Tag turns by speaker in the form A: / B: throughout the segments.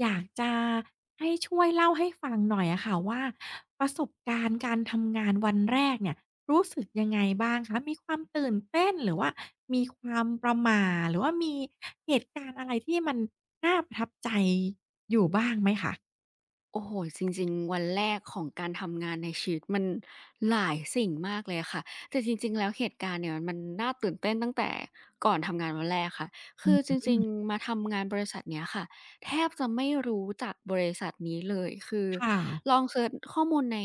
A: อยากจะให้ช่วยเล่าให้ฟังหน่อยอะค่ะว่าประสบการณ์การทำงานวันแรกเนี่ยรู้สึกยังไงบ้างคะมีความตื่นเต้นหรือว่ามีความประหม่าหรือว่ามีเหตุการณ์อะไรที่มันน่าประทับใจอยู่บ้างไหมคะ
B: โอ้โฮจริงๆวันแรกของการทำงานในชีวิตมันหลายสิ่งมากเลยอะค่ะแต่จริงๆแล้วเหตุการณ์เนี่ยมันน่าตื่นเต้นตั้งแต่ก่อนทำงานวันแรกค่ะคือจ
A: อื
B: ริง
A: ม
B: ๆมาทำงานบริษัทเนี้ยค่ะแทบจะไม่รู้จักบริษัทนี้เลยคือ
A: ค่ะ
B: ลองเซิร์ชข้อมูลใน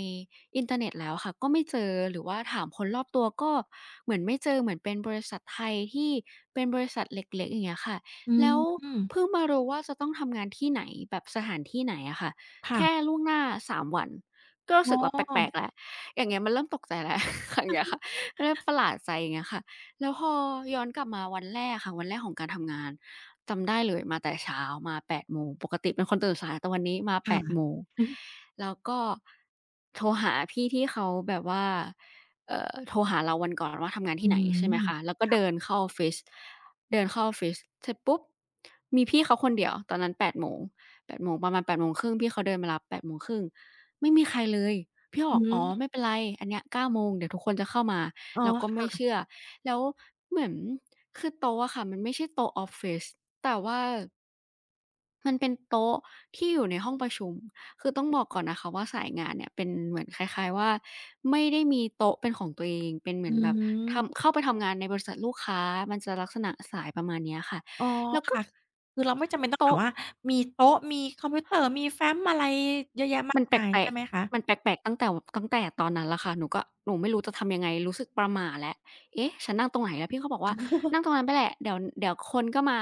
B: อินเทอร์เน็ตแล้วค่ะก็ไม่เจอหรือว่าถามคนรอบตัวก็เหมือนไม่เจอเหมือนเป็นบริษัทไทยที่เป็นบริษัทเล็กๆอย่างเงี้ยค่ะ
A: อื
B: แล้ว
A: ม
B: เพิ่งมารู้ว่าจะต้องทำงานที่ไหนแบบสถานที่ไหนอะค่ะ แค่
A: ค่ะ
B: ล่วงหน้า3วันก็รู้
A: อ๋
B: สึกว่าแปลกๆ
A: อ
B: แล้วอย่างเงี้ยมันเริ่มตกใจแล้ว อย่างเงี้ยค่ะเริ่มประหลาดใจอย่างเงี้ยค่ะแล้วพอย้อนกลับมาวันแรกค่ะวันแรกของการทำงานจำได้เลยมาแต่เช้ามาแปดโมงปกติเป็นคนตื่นสายแต่วันนี้มา8โม
A: ค่ะ
B: งแล้วก็โทรหาพี่ที่เขาแบบว่าโทรหาเราวันก่อนว่าทำงาน
A: อื
B: ที่ไหนใช่ไหม
A: ม
B: คะแล้วก็
A: ค่ะ
B: เดินเข้าออฟฟิศเดินเข้าออฟฟิศเสร็จปุ๊บมีพี่เขาคนเดียวตอนนั้น8โมง แปดโมงประมาณ8่งพี่เขาเดินมารับ8่งไม่มีใครเลยพี่ก็บ
A: อื
B: อกอ๋อ
A: ม
B: ไม่เป็นไรอันเนี้ย9 โมงเดี๋ยวทุกคนจะเข้ามา
A: อ๋อ
B: เราก็ไม่
A: ค่ะ
B: เชื่อแล้วเหมือนคือโต๊ะอะค่ะมันไม่ใช่โต๊ะออฟฟิศแต่ว่ามันเป็นโต๊ะที่อยู่ในห้องประชุมคือต้องบอกก่อนนะคะว่าสายงานเนี่ยเป็นเหมือนคล้ายๆว่าไม่ได้มีโต๊ะเป็นของตัวเองเป็นเหมื
A: อื
B: อนแบบ
A: ม
B: ทำเข้าไปทำงานในบริษัทลูกค้ามันจะลักษณะสายประมาณเนี้ยค่ะ
A: อ๋อ
B: แล้วก็
A: ค่ะคือเราไม่จำเป็นต้องแบบ
B: โต๊ะ
A: ว่ามีโต๊ะมีคอมพิวเตอร์มีแฟ้มอะไรเยอะแยะ
B: มั
A: มาก
B: นแป
A: มาย
B: ล
A: ใช่
B: ก
A: ไหมคะ
B: ๆมันแปลกๆตั้งแต่ตอนนั้นแหละค่ะหนูไม่รู้จะทำยังไงรู้สึกประหม่าแล้วเอ๊ะฉันนั่งตรงไหนแล้วพี่เขาบอกว่านั่งตรงนั้นไปแหละเดี๋ยวคนก็มา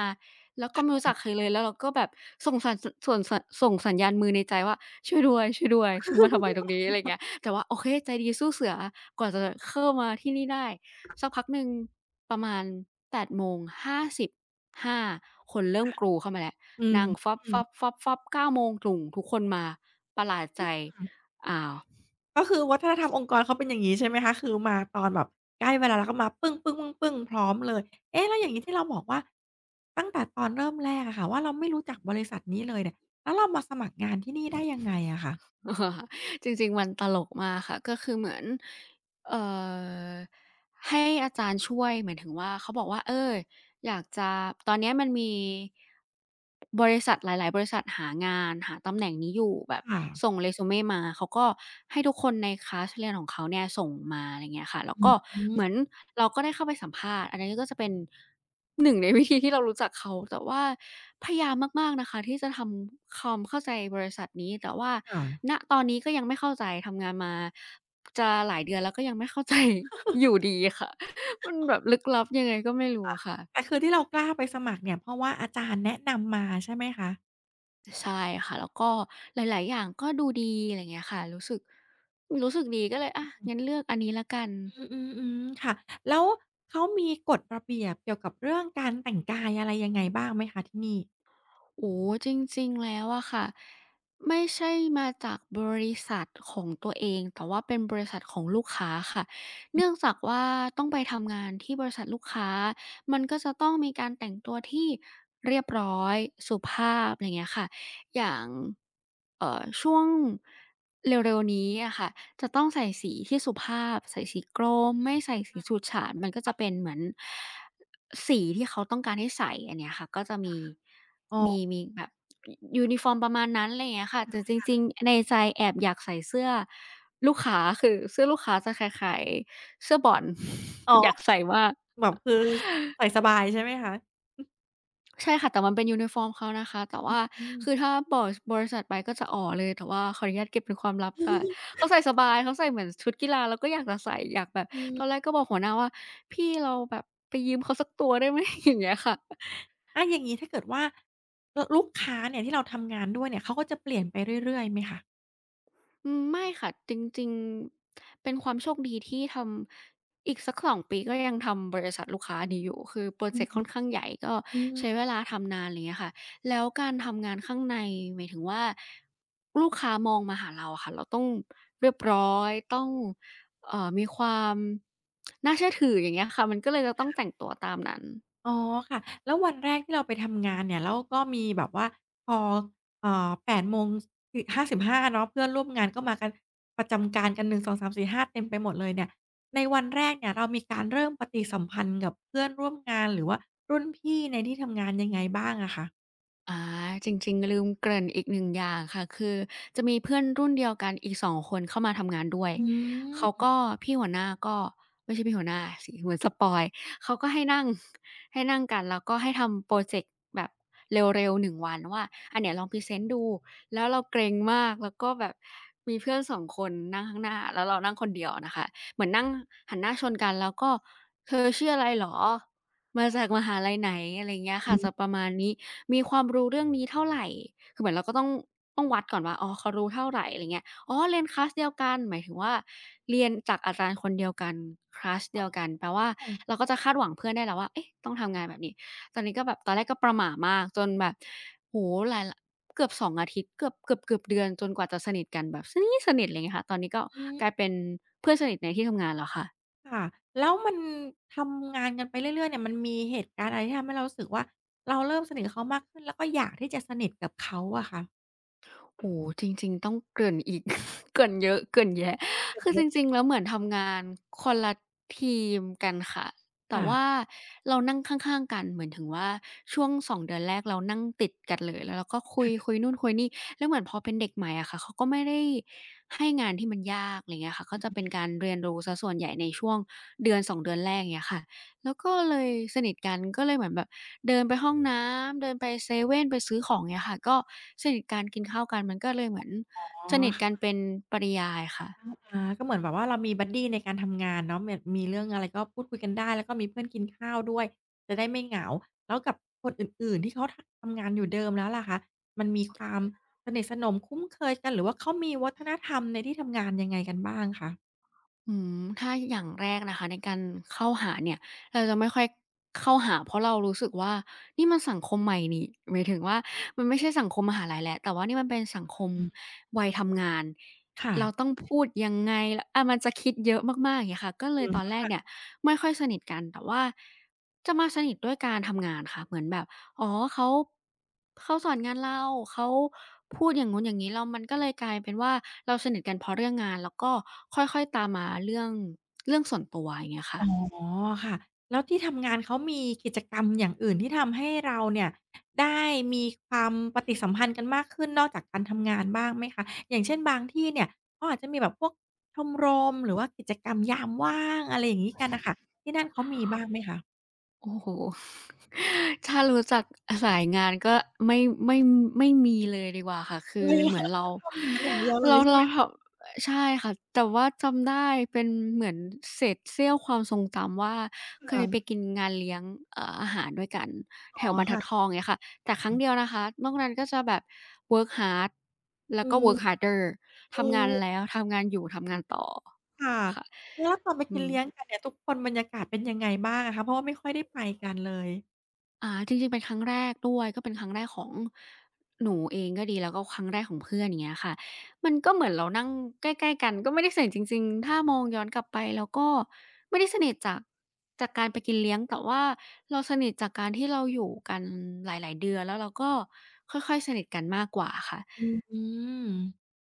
B: แล้ว
A: ค
B: ก็ไม่รู้จั
A: ่ะ
B: กใครเลยแล้วเราก็แบบส่งสัญสส่วนสส่งสัญญาณมือในใจว่าช่วยด้วยช่วยด้วยฉันมาทำไมตรงนี้อะไรอย่างเงี้ยแต่ว่าโอเคใจดีสู้เสือกว่าจะเข้ามาที่นี่ได้สักพักหนึ่งประมาณแปดโมงห้าสิบห้าคนเริ่มกรูเข้ามาแล้ว
A: อืม
B: นั่ง
A: อื
B: ฟ
A: ม
B: ้บ9โมงตรุ่งทุกคนมาประหลาดใจอ้าว
A: ก็คือวัฒนธรรมองค์กรเขาเป็นอย่างงี้ใช่ไหมคะคือมาตอนแบบใกล้เวลาแล้วก็มาปึ้งๆๆๆพร้อมเลยเอ๊ะแล้วอย่างงี้ที่เราบอกว่าตั้งแต่ตอนเริ่มแรกอะค่ะว่าเราไม่รู้จักบริษัทนี้เลยเนี่ยแล้วเรามาสมัครงานที่นี่ได้ยังไงอะคะ
B: จริงๆมันตลกมากค่ะก็คือเหมือนเอ่อให้อาจารย์ช่วยหมายถึงว่าเขาบอกว่าเอออยากจะตอนเนี้ยมันมีบริษัทหลายๆบริษัทหางานหาตำแหน่งนี้อยู่แบบ
A: ค่ะ
B: ส่งเรซูเม่มาเขาก็ให้ทุกคนในคลาสเรียนของเขาเนี่ยส่งมาอะไรเงี้ยค่ะแล้ว
A: อื
B: ก็
A: อฮึ
B: เหมือนเราก็ได้เข้าไปสัมภาษณ์อันนี้ก็จะเป็น หนึ่งในวิธีที่เรารู้จักเขาแต่ว่าพยายามมากๆนะคะที่จะทำความเข้าใจบริษัทนี้แต่ว่า
A: ค่ะ
B: ณตอนนี้ก็ยังไม่เข้าใจทำงานมาจะหลายเดือนแล้วก็ยังไม่เข้าใจ อยู่ดีค่ะมันแบบลึกลับยังไงก็ไม่รู้ค่ะ
A: แต่คือที่เรากล้าไปสมัครเนี่ยเพราะว่าอาจารย์แนะนำมาใช่ไหมคะ
B: ใช่ค่ะแล้วก็หลายๆอย่างก็ดูดีอะไรอย่างเงี้ยค่ะรู้สึกดีก็เลยอะงั้นเลือกอันนี้แล้วกัน
A: อืมอืมอืมค่ะแล้วเขามีกฎระเบียบเกี่ยวกับเรื่องการแต่งกายอะไรยังไงบ้างไหมคะที่นี่
B: โอ้โฮจริงๆแล้วอะค่ะไม่ใช่มาจากบริษัทของตัวเองแต่ว่าเป็นบริษัทของลูกค้าค่ะเนื่องจากว่าต้องไปทำงานที่บริษัทลูกค้ามันก็จะต้องมีการแต่งตัวที่เรียบร้อยสุภาพอะไรเงี้ยค่ะอย่างช่วงเร็วๆนี้อะค่ะจะต้องใส่สีที่สุภาพใส่สีกรมไม่ใส่สีฉูดฉาดมันก็จะเป็นเหมือน สีที่เขาต้องการให้ใส่อันเนี้ยค่ะก็จะมี
A: อ๋อ
B: มีแบบยูนิฟอร์มประมาณนั้นไรเงี้ยค่ะแต่จริงๆในใจแอบอยากใส่เสื้อลูกค้าคือเสื้อลูกค้าจะคล้ายๆเสื้อบอล
A: อ๋
B: อยาก
A: อ
B: ใส่มาก
A: แบบคือใส่สบายใช่ไหมคะ
B: ใช่ค่ะแต่มันเป็นยูนิฟอร์มเขานะคะแต่ว่า
A: อืม
B: คือถ้าบอกบริษัทไปก็จะอ๋อเลยแต่ว่าขออนุญาตเก็บเป็นความลับแต่ เขาใส่สบายเขาใส่เหมือนชุดกีฬาเราก็อยากจะใส่อยากแบบ
A: อืม
B: ตอนแรกก็บอกหัวหน้าว่าพี่เราแบบไปยืมเขาสักตัวได้ไหม อย่างเงี้ยค่ะ
A: แล้วอย่างงี้ถ้าเกิดว่าลลูกค้าเนี่ยที่เราทำงานด้วยเนี่ยเขาก็จะเปลี่ยนไปเรื่อยๆไหมคะ
B: ไม่ค่ะจริงๆเป็นความโชคดีที่ทำอีกสัก2ปีก็ยังทำบริษัทลูกค้านี้อยู่คือพรอ
A: อื
B: เจ
A: ม
B: กต์ค่อนข้างใหญ่ก็
A: อืม
B: ใช้เวลาทำนานไรเงี้ยค่ะแล้วการทำงานข้างในหมายถึงว่าลูกค้ามองมาหาเราอะค่ะเราต้องเรียบร้อยต้องมีความน่าเชื่อถืออย่างเงี้ยค่ะมันก็เลยจะต้องแต่งตัวตามนั้น
A: อ๋อค่ะแล้ววันแรกที่เราไปทำงานเนี่ยแล้วก็มีแบบว่าพอแปดโมงคือ55เนาะเพื่อนร่วมงานก็มากันประจำการกันหนึ่งสองสามสี่ห้าเต็มไปหมดเลยเนี่ยในวันแรกเนี่ยเรามีการเริ่มปฏิสัมพันธ์กับเพื่อนร่วมงานหรือว่ารุ่นพี่ในที่ทำงานยังไงบ้างอะคะ
B: อาจริงๆลืมเกริ่นอีกหนึ่งอย่างค่ะคือจะมีเพื่อนรุ่นเดียวกันอีกสองคนเข้ามาทำงานด้วย
A: อืม
B: เขาก็พี่หัวหน้าก็ไม่ใช่พี่หัวหน้าสิเหมือนสปอยล์เขาก็ให้นั่ง ให้นั่งกันแล้วก็ให้ทำพรอเจกต์แบบเร็วๆหนึ่งวันว่าอ่เนี่ยลองพรีเซนต์ดูแล้วเราเกรงมากแล้วก็แบบมีเพื่อนสองคนนั่งข้างหน้าแล้วเรานั่งคนเดียวอะนะคะเหมือนนั่งหันหน้าชนกันแล้วก็เธอชื่ออะไรเหรอ มาจากมหาลัยไหนอะไรเงี้ย
A: อื
B: ค่ะจะป
A: ม
B: ระมาณนี้มีความรู้เรื่องนี้เท่าไรคือเหมือนเราก็ต้องต้องวัดก่อนว่าอ๋อเขารู้เท่าไรอะไรเงี้ยอ๋อเรียนคลาสเดียวกันหมายถึงว่าเรียนจากอาจารย์คนเดียวกันคลาสเดียวกันแปลว่าเราก็จะคาดหวังเพื่อนได้แล้วว่าเอ๊ะต้องทำงานแบบนี้ตอนนี้ก็แบบตอนแรกก็ประหม่ามากจนแบบโอ้โฮหลายลเกือบ2องอาทิตย์เกือบๆเดือนจนกว่าจะสนิทกันแบบสนิทๆอะไรเงี้ยค่ะตอนนี้ก็
A: อื
B: กลาย
A: ม
B: เป็นเพื่อนสนิทในที่ทำงานแล้วค่ะ
A: ค่ะแล้วมันทำงานกันไปเรื่อยๆเนี่ยมันมีเหตุการณ์อะไรที่ทำให้เรารู้สึกว่าเราเริ่มสนิทกับเขามากขึ้นแล้วก็อยากที่จะสนิทกับเขาอะคะ
B: โอ้โฮจริงๆต้องเกริ่นอีก เกริ่นเยอะเกริ่นแยะคือจริงๆแล้วเหมือนทำงานคนละทีมกันค่ะแต่
A: ค่ะ
B: ว่าเรานั่งข้างๆกันเหมือนถึงว่าช่วง2เดือนแรกเรานั่งติดกันเลยแล้วเราก็คุยนู่นคุยนี่แล้วเหมือนพอเป็นเด็กใหม่อะค่ะเขาก็ไม่ได้ให้งานที่มันยากอะไรเงี้ยค่ะก็จะเป็นการเรียนรู้เสียส่วนใหญ่ในช่วง2เดือนแรกอย่างเงี้ยค่ะแล้วก็เลยสนิทกันก็เลยเหมือนแบบ เดินไปห้องน้ำ เดินไปเซเว่นไปซื้อของเงี้ยค่ะก็สนิทกันกินข้าวกันมันก็เลยเหมือน
A: อ๋อ
B: สนิทกันเป็นปริยายค่ะ
A: อาก็เหมือนแบบว่าเรามีบัดดีในการทำงานเนาะเหมือนมีเรื่องอะไรก็พูดคุยกันได้แล้วก็มีเพื่อนกินข้าวด้วยจะได้ไม่เหงาแล้วกับคนอื่นๆที่เขาทะทำงานอยู่เดิมแล้วล่ะคะมันมีความสนิทสนมคุ้นเคยกันหรือว่าเขามีวัฒนธรรมในที่ทำงานยังไงกันบ้างคะ
B: ถ้าอย่างแรกนะคะในการเข้าหาเนี่ยเราจะไม่ค่อยเข้าหาเพราะเรารู้สึกว่านี่มันสังคมใหม่นี่หมายถึงว่ามันไม่ใช่สังคมมหาลัยแล้วแต่ว่านี่มันเป็นสังคม
A: อืม
B: วัยทำงาน
A: ค่ะ
B: เราต้องพูดยังไงมันจะคิดเยอะมากๆอย่างเงี้ยค่ะก็เลย
A: อื
B: ตอน
A: ม
B: แรกเนี่ยไม่ค่อยสนิทกันแต่ว่าจะมาสนิทด้วยการทำงานค่ะเหมือนแบบ อ๋อเขาเขาสอนงานเราเขาพูดอย่างนู้นอย่างงี้แล้วมันก็เลยกลายเป็นว่าเราสนิทกันเพราะเรื่องงานแล้วก็ค่อยๆตามมาเรื่องเรื่องส่วนตัวอย่างเงี้ยค่ะ
A: อ๋อค่ะแล้วที่ทำงานเขามีกิจกรรมอย่างอื่นที่ทำให้เราเนี่ยได้มีความปฏิสัมพันธ์กันมากขึ้นนอกจากการทำงานบ้างไหมคะอย่างเช่นบางที่เนี่ยเขาอาจจะมีแบบพวกชมรมหรือว่ากิจกรรมยามว่างอะไรอย่างงี้กันน่ะค่ะที่นั่นเขามีบ้างไหมคะ
B: โอ้โฮ ถ้ารู้จักสายงานก็ไม่ไม่ไม่มีเลยดีกว่าค่ะ คือ
A: เฮ้ย
B: เห
A: เห
B: มื
A: ร
B: อน
A: อกทำงานอย่างเดียวเลยใช่ไห
B: เรา
A: ม
B: ทำใช่ค่ะ แต่ว่าจำได้เป็นเหมือนเศษเสี้ยวความทรงจำว่าเค
A: คะ
B: ยไปกินงานเลี้ยงอาหารด้วยกันแถ
A: อ๋อ
B: วบรรทั
A: ค่ะ
B: ดทองเงี้ยค่ะ แต่ครั้งเดียวนะคะนอกนั้นก็จะแบบ work hard แล้ว
A: อื
B: ก็
A: ม
B: work harder ทำงานแล้วทำงานอยู่ทำงานต่อ
A: ๆค่ะ
B: ค่ะ
A: แล้วตอนไป
B: อื
A: กิน
B: ม
A: เลี้ยงกันเนี่ยทุกคนบรรยากาศเป็นยังไงบ้างอะคะเพราะว่าไม่ค่อยได้ไปกันเลย
B: จริงๆเป็นครั้งแรกด้วยก็เป็นครั้งแรกของหนูเองก็ดีแล้วก็ครั้งแรกของเพื่อนอย่างเงี้ยค่ะมันก็เหมือนเรานั่งใกล้ๆกันก็ไม่ได้สนิทจริงๆถ้ามองย้อนกลับไปเราก็ไม่ได้สนิทจากการไปกินเลี้ยงแต่ว่าเราสนิทจากการที่เราอยู่กันหลายๆเดือนแล้วเราก็ค่อยๆสนิทกันมากกว่าค่ะ
A: อืม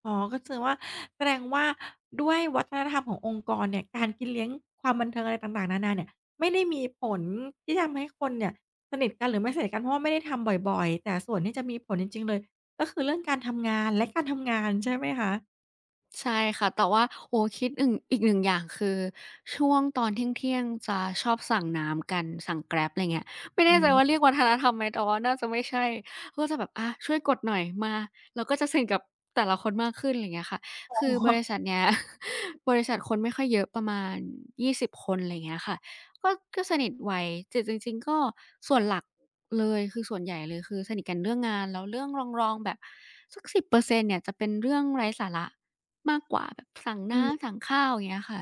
A: อ๋อก็คือว่าแสดงว่าด้วยวัฒนธรรมขององค์กรเนี่ยการกินเลี้ยงความบันเทิงอะไรต่างๆนานาเนี่ยไม่ได้มีผลที่ทำให้คนเนี่ยสนิทกันหรือไม่สนิทกันเพราะว่าไม่ได้ทำบ่อยๆแต่ส่วนที่จะมีผลจริงๆเลยก็คือเรื่องการทำงานและการทำงานใช่ไหมคะ
B: ใช่ค่ะแต่ว่าโอ้คิดอึ่งอีกหนึ่งอย่างคือช่วงตอนเที่ยงๆจะชอบสั่งน้ำกันสั่ง Grab ไรเงี้ยไม่แน่
A: อื
B: ใจว่า
A: ม
B: เรียกวัฒนธรรมไหมแต่ว่าน่าจะไม่ใช่ก็จะแบบช่วยกดหน่อยมาเราก็จะสนิทกับแต่ละคนมากขึ้นไรเงี้ยค่ะ
A: อ๋
B: คือ
A: อ
B: บริษัทเนี้ย บริษัทคนไม่ค่อยเยอะประมาณ20คนไรเงี้ยค่ะก็ก็สนิทไวแต่จริงๆก็ส่วนหลักเลยคือส่วนใหญ่เลยคือสนิทกันเรื่องงานแล้วเรื่องรองๆแบบสัก10%เนี่ยจะเป็นเรื่องไร้สาระ มากกว่าแบบสั่ง
A: อื
B: น้ำสั่งข้าวอย่างเงี้ยค่ะ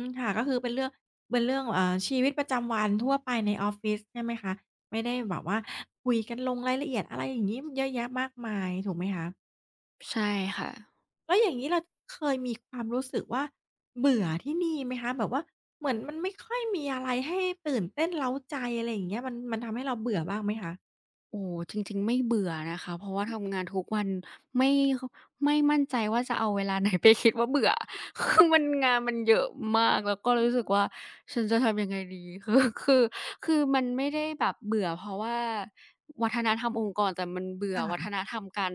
A: มค่ะก็คือเป็นเรื่องเป็นเรื่องอ่าชีวิตประจำวันทั่วไปในออฟฟิศใช่ไหมคะไม่ได้แบบว่าคุยกันลงรายละเอียดอะไรอย่างงี้เยอะแยะมากมายถูกไหมคะ
B: ใช่ค่ะ
A: แล้วอย่างนี้เราเคยมีความรู้สึกว่าเบื่อที่นี่ไหมคะแบบว่าเหมือนมันไม่ค่อยมีอะไรให้ตื่นเต้นเร้าใจอะไรอย่างเงี้ยมันมันทำให้เราเบื่อบ้างไหมคะ
B: โอ้โฮจริงๆไม่เบื่อนะคะเพราะว่าทำงานทุกวันไม่คไม่มั่นใจว่าจะเอาเวลาไหนไปคิดว่าเบื่อ คือมันงานมันเยอะมากแล้วก็รู้สึกว่าฉันจะทำยังไงดี คือมันไม่ได้แบบเบื่อเพราะว่าวัฒนธรรมองค์กรแต่มันเบื่อวัฒน
A: ค่ะ
B: ธรรมการ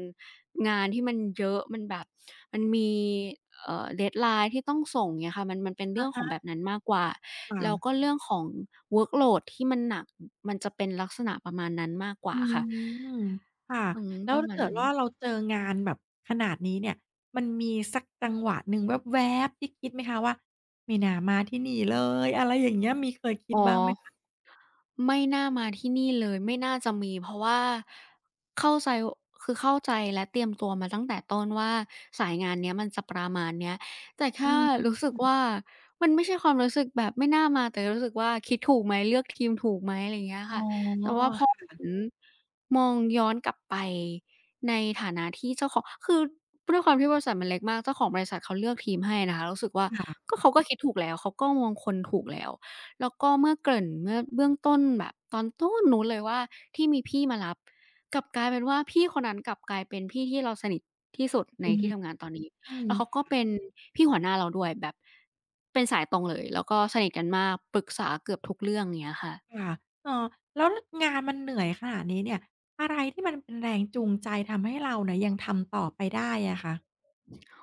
B: งานที่มันเยอะมันแบบมันมีdeadline ที่ต้องส่งเงี้ยค่ะมันเป็นเรื่
A: อะ
B: องของ
A: ฮะ
B: แบบนั้นมากกว่าแล้วก็
A: ค่ะ
B: เรื่องของ workload ที่มันหนักมันจะเป็นลักษณะประมาณนั้นมากก
A: อื
B: ว่าค่ะ
A: มค่ะ
B: อืม
A: แล้
B: ป
A: ว
B: ระ
A: ถ้า
B: มาณ
A: เกิด
B: นั้น
A: ว่าเราเจองานแบบขนาดนี้เนี่ยมันมีสักจังหวะหนึ่งแวบๆที่คิดไหมคะว่าไม่น่ามาที่นี่เลยอะไรอย่างเงี้ยมีเคยคิ
B: อ๋
A: ด
B: อ
A: บ้างไหมคะ
B: ไม่น่ามาที่นี่เลยไม่น่าจะมีเพราะว่าเข้าใจคือเข้าใจและเตรียมตัวมาตั้งแต่ต้นว่าสายงานเนี้ยมันจะประมาณเนี้ยแต่แค่
A: อืม
B: รู้สึกว่ามันไม่ใช่ความรู้สึกแบบไม่น่ามาแต่รู้สึกว่าคิดถูกไหมเลือกทีมถูกไหมอะไรอย่างเงี้ย
A: อ๋อ
B: ค่ะแต่ว่าพออือมองย้อนกลับไปในฐานะที่เจ้าของคือด้วยความที่บริษัทมันเล็กมากเจ้าของบริษัทเขาเลือกทีมให้นะคะรู้สึกว่า
A: ค่ะ
B: ก็เขาก็คิดถูกแล้วเขาก็มองคนถูกแล้ว แล้วก็เมื่อเกริ่นเมื่อเบื้องต้นแบบตอนต้นนู้นเลยว่าที่มีพี่มารับกลับกลายเป็นว่าพี่คนนั้นกลับกลายเป็นพี่ที่เราสนิทที่สุดในที่ทำ
A: อื
B: งานตอนนี้แล้วเขา
A: ม
B: ก็เป็นพี่หัวหน้าเราด้วยแบบเป็นสายตรงเลยแล้วก็สนิทกันมากปรึกษาเกือบทุกเรื่องเงี้ยค่ะ
A: ค่ะเออแล้วงานมันเหนื่อยขนาดนี้เนี่ย อะไรที่มันเป็นแรงจูงใจทำให้เราเนี่ยยังทำต่อไปได้อะคะ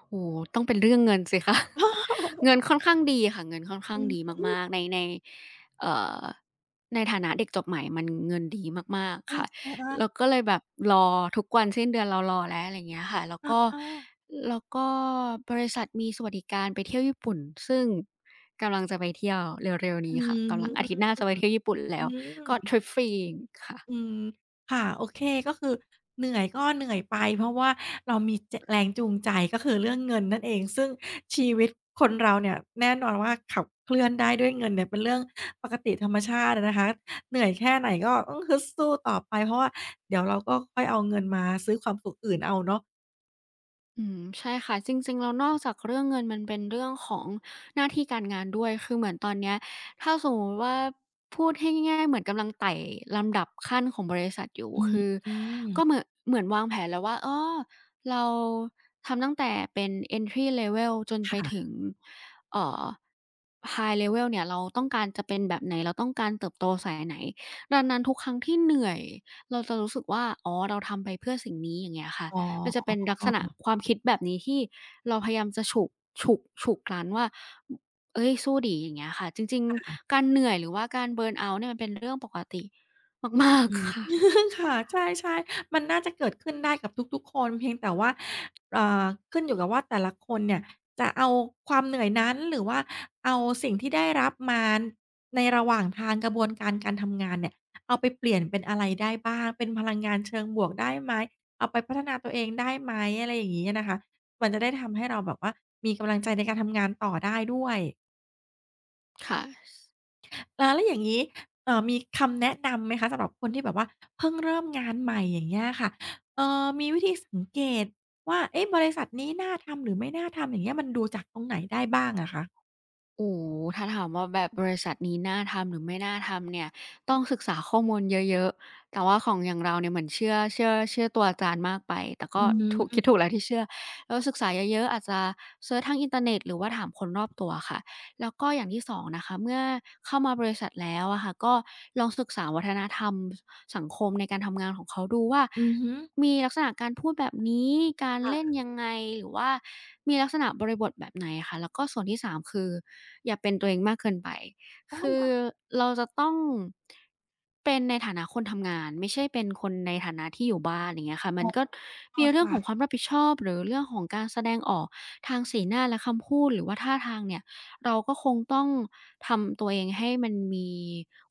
B: โอ้โฮต้องเป็นเรื่องเงินสิคะ
A: ออ
B: เงินค่อนข้างดีค่ะ เงินค่อนข้า
A: อื
B: งดี
A: ม
B: มากๆในเอ่อในฐานะเด็กจบใหม่มันเงินดีมากๆค่ะ
A: เออ
B: เรา
A: ๆ
B: ก็เลยแบบรอทุกวันสิ้นเดือนเรารอแล้วอะไรอย่างเงี้ยค่ะแล้ว
A: ๆ
B: ก็
A: อ
B: แล้วก็บริษัทมีสวัสดิการไปเที่ยวญี่ปุ่น ซึ่งกำลังจะไปเที่ยวเร็วๆ
A: อ
B: นี้
A: อื
B: ค่ะ กำลังอาทิตย์
A: ม
B: หน้าจะไปเที่ยวญี่ปุ่นแล้
A: อื
B: วก็ท
A: ม
B: ริปฟรีค่ะ
A: อืมค่ะโอเคก็คือเหนื่อยก็เหนื่อยไปเพราะว่าเรามีจแรงจูงใจก็คือเรื่องเงินนั่นเองซึ่งชีวิตคนเราเนี่ยแน่นอนว่าขับเคลื่อนได้ด้วยเงินเนี่ยเป็นเรื่องปกติธรรมชาติอะนะคะเหนื่อยแค่ไหนก็ต้องฮึดสู้ต่อไปเพราะว่าเดี๋ยวเราก็ค่อยเอาเงินมาซื้อความสุขอื่นเอาเนาะ
B: อืมใช่ค่ะจริงๆแล้วนอกจากเรื่องเงินมันเป็นเรื่องของหน้าที่การงานด้วยคือเหมือนตอนเนี้ยถ้าสมมุติว่าพูดให้ง่ายๆเหมือนกำลังไต่ลำดับขั้นของบริษัทอยู่
A: อื
B: คือก็เหมื
A: ม
B: อนเหมือนวางแผนแล้วว่าอ้อเราทำตั้งแต่เป็น Entry level จนไปถึง
A: ค่ะ
B: เอ่อ High level เนี่ยเราต้องการจะเป็นแบบไหนเราต้องการเติบโตสายไหนดังนั้นทุกครั้งที่เหนื่อยเราจะรู้สึกว่าอ๋อเราทำไปเพื่อสิ่งนี้อย่างเงี้ยค่ะ
A: อ๋อ
B: มันจะเป็นลักษณะความคิดแบบนี้ที่เราพยายามจะฉุกรั้นว่าเฮ้ยสู้ดิอย่างเงี้ยค่ะจริงๆการเหนื่อยหรือว่าการเบิร์นเอาต์เนี่ยมันเป็นเรื่องปกติมาก
A: อืม
B: ๆค่ะ
A: ค่ะใช่ๆมันน่าจะเกิดขึ้นได้กับทุกๆคนเพียงแต่ว่าเอ่าขึ้นอยู่กับว่าแต่ละคนเนี่ยจะเอาความเหนื่อยนั้นหรือว่าเอาสิ่งที่ได้รับมาในระหว่างทางกระบวนการการทำงานเนี่ยเอาไปเปลี่ยนเป็นอะไรได้บ้างเป็นพลังงานเชิงบวกได้ไหมเอาไปพัฒนาตัวเองได้ไหมอะไรอย่างนี้นะคะมันจะได้ทำให้เราแบบว่ามีกำลังใจในการทำงานต่อได้ด้วย
B: ค่ะ
A: อาแล้วอย่างงี้มีคำแนะนำไหมคะสำหรับคนที่แบบว่าเพิ่งเริ่มงานใหม่อย่างเงี้ยค่ะเอ่อมีวิธีสังเกตว่าเอ๊ะบริษัทนี้น่าทำหรือไม่น่าทำอย่างเงี้ยมันดูจากตรงไหนได้บ้างอะคะ
B: โอ้โฮถ้าถามว่าแบบบริษัทนี้น่าทำหรือไม่น่าทำเนี่ยต้องศึกษาข้อมูลเยอะๆแต่ว่าของอย่างเราเนี่ยเหมือนเชื่อตัวอาจารย์มากไปแต่
A: อ
B: ก็ถูกคิ
A: ืม
B: ดถูกแล้วที่เชื่อแล้วศึกษาเยอะๆอาจจะเซิร์ชทางอินเทอร์เน็ตหรือว่าถามคนรอบตัวค่ะแล้วก็อย่างที่สองนะคะเมื่อเข้ามาบริษัทแล้วอะค่ะก็ลองศึกษาวัฒนธรรมสสังคมในการทำงานของเขาดูว่า
A: อือฮึ
B: มีลักษณะการพูดแบบนี้การเล่น
A: ค่ะ
B: ยังไงหรือว่ามีลักษณะบริบทแบบไหนอะค่ะแล้วก็ส่วนที่สามคืออย่าเป็นตัวเองมากเกินไป
A: อ๋อ
B: คื
A: เหร
B: อ
A: อ
B: เราจะต้องเป็นในฐานะคนทำงานไม่ใช่เป็นคนในฐานะที่อยู่บ้านอย่างเงี้ยค่ะมั
A: อ๋
B: นก็
A: อ
B: มีเรื่องข
A: ค่ะ
B: องความรับผิดชอบหรือเรื่องของการแสดงออกทางสีหน้าและคำพูดหรือว่าท่าทางเนี่ยเราก็คงต้อง ทำตัวเองให้มันมี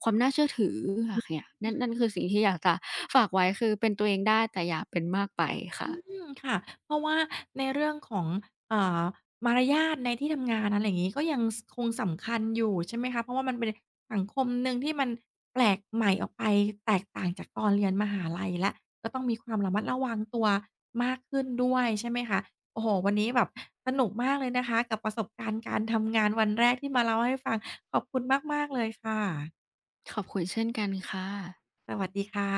B: ความน่าเชื่อถือค่ะ
A: อือ
B: เนี่ยนั่นคือสิ่งที่อยากจะฝากไว้คือเป็นตัวเองได้แต่อย่าเป็นมากไปค่ะ
A: อืมค่ะ เพราะว่าในเรื่องของเอ่อมารยาทในที่ทำงานอะไรอย่างงี้ก็ยังสคงสำคัญอยู่ใช่ไหมคะ เพราะว่ามันเป็นสังคมหนึ่งที่มันแปลกใหม่ออกไปแตกต่างจากตอนเรียนมหาลัยแล้วก็ต้องมีความระมัดระวังตัวมากขึ้นด้วยใช่ไหมคะโอ้โฮวันนี้แบบสนุกมากเลยนะคะกับประสบการณ์การทำงานวันแรกที่มาเล่าให้ฟังขอบคุณมากๆเลยค่ะ
B: ขอบคุณเช่นกันค่ะ
A: สวัสดีค่ะ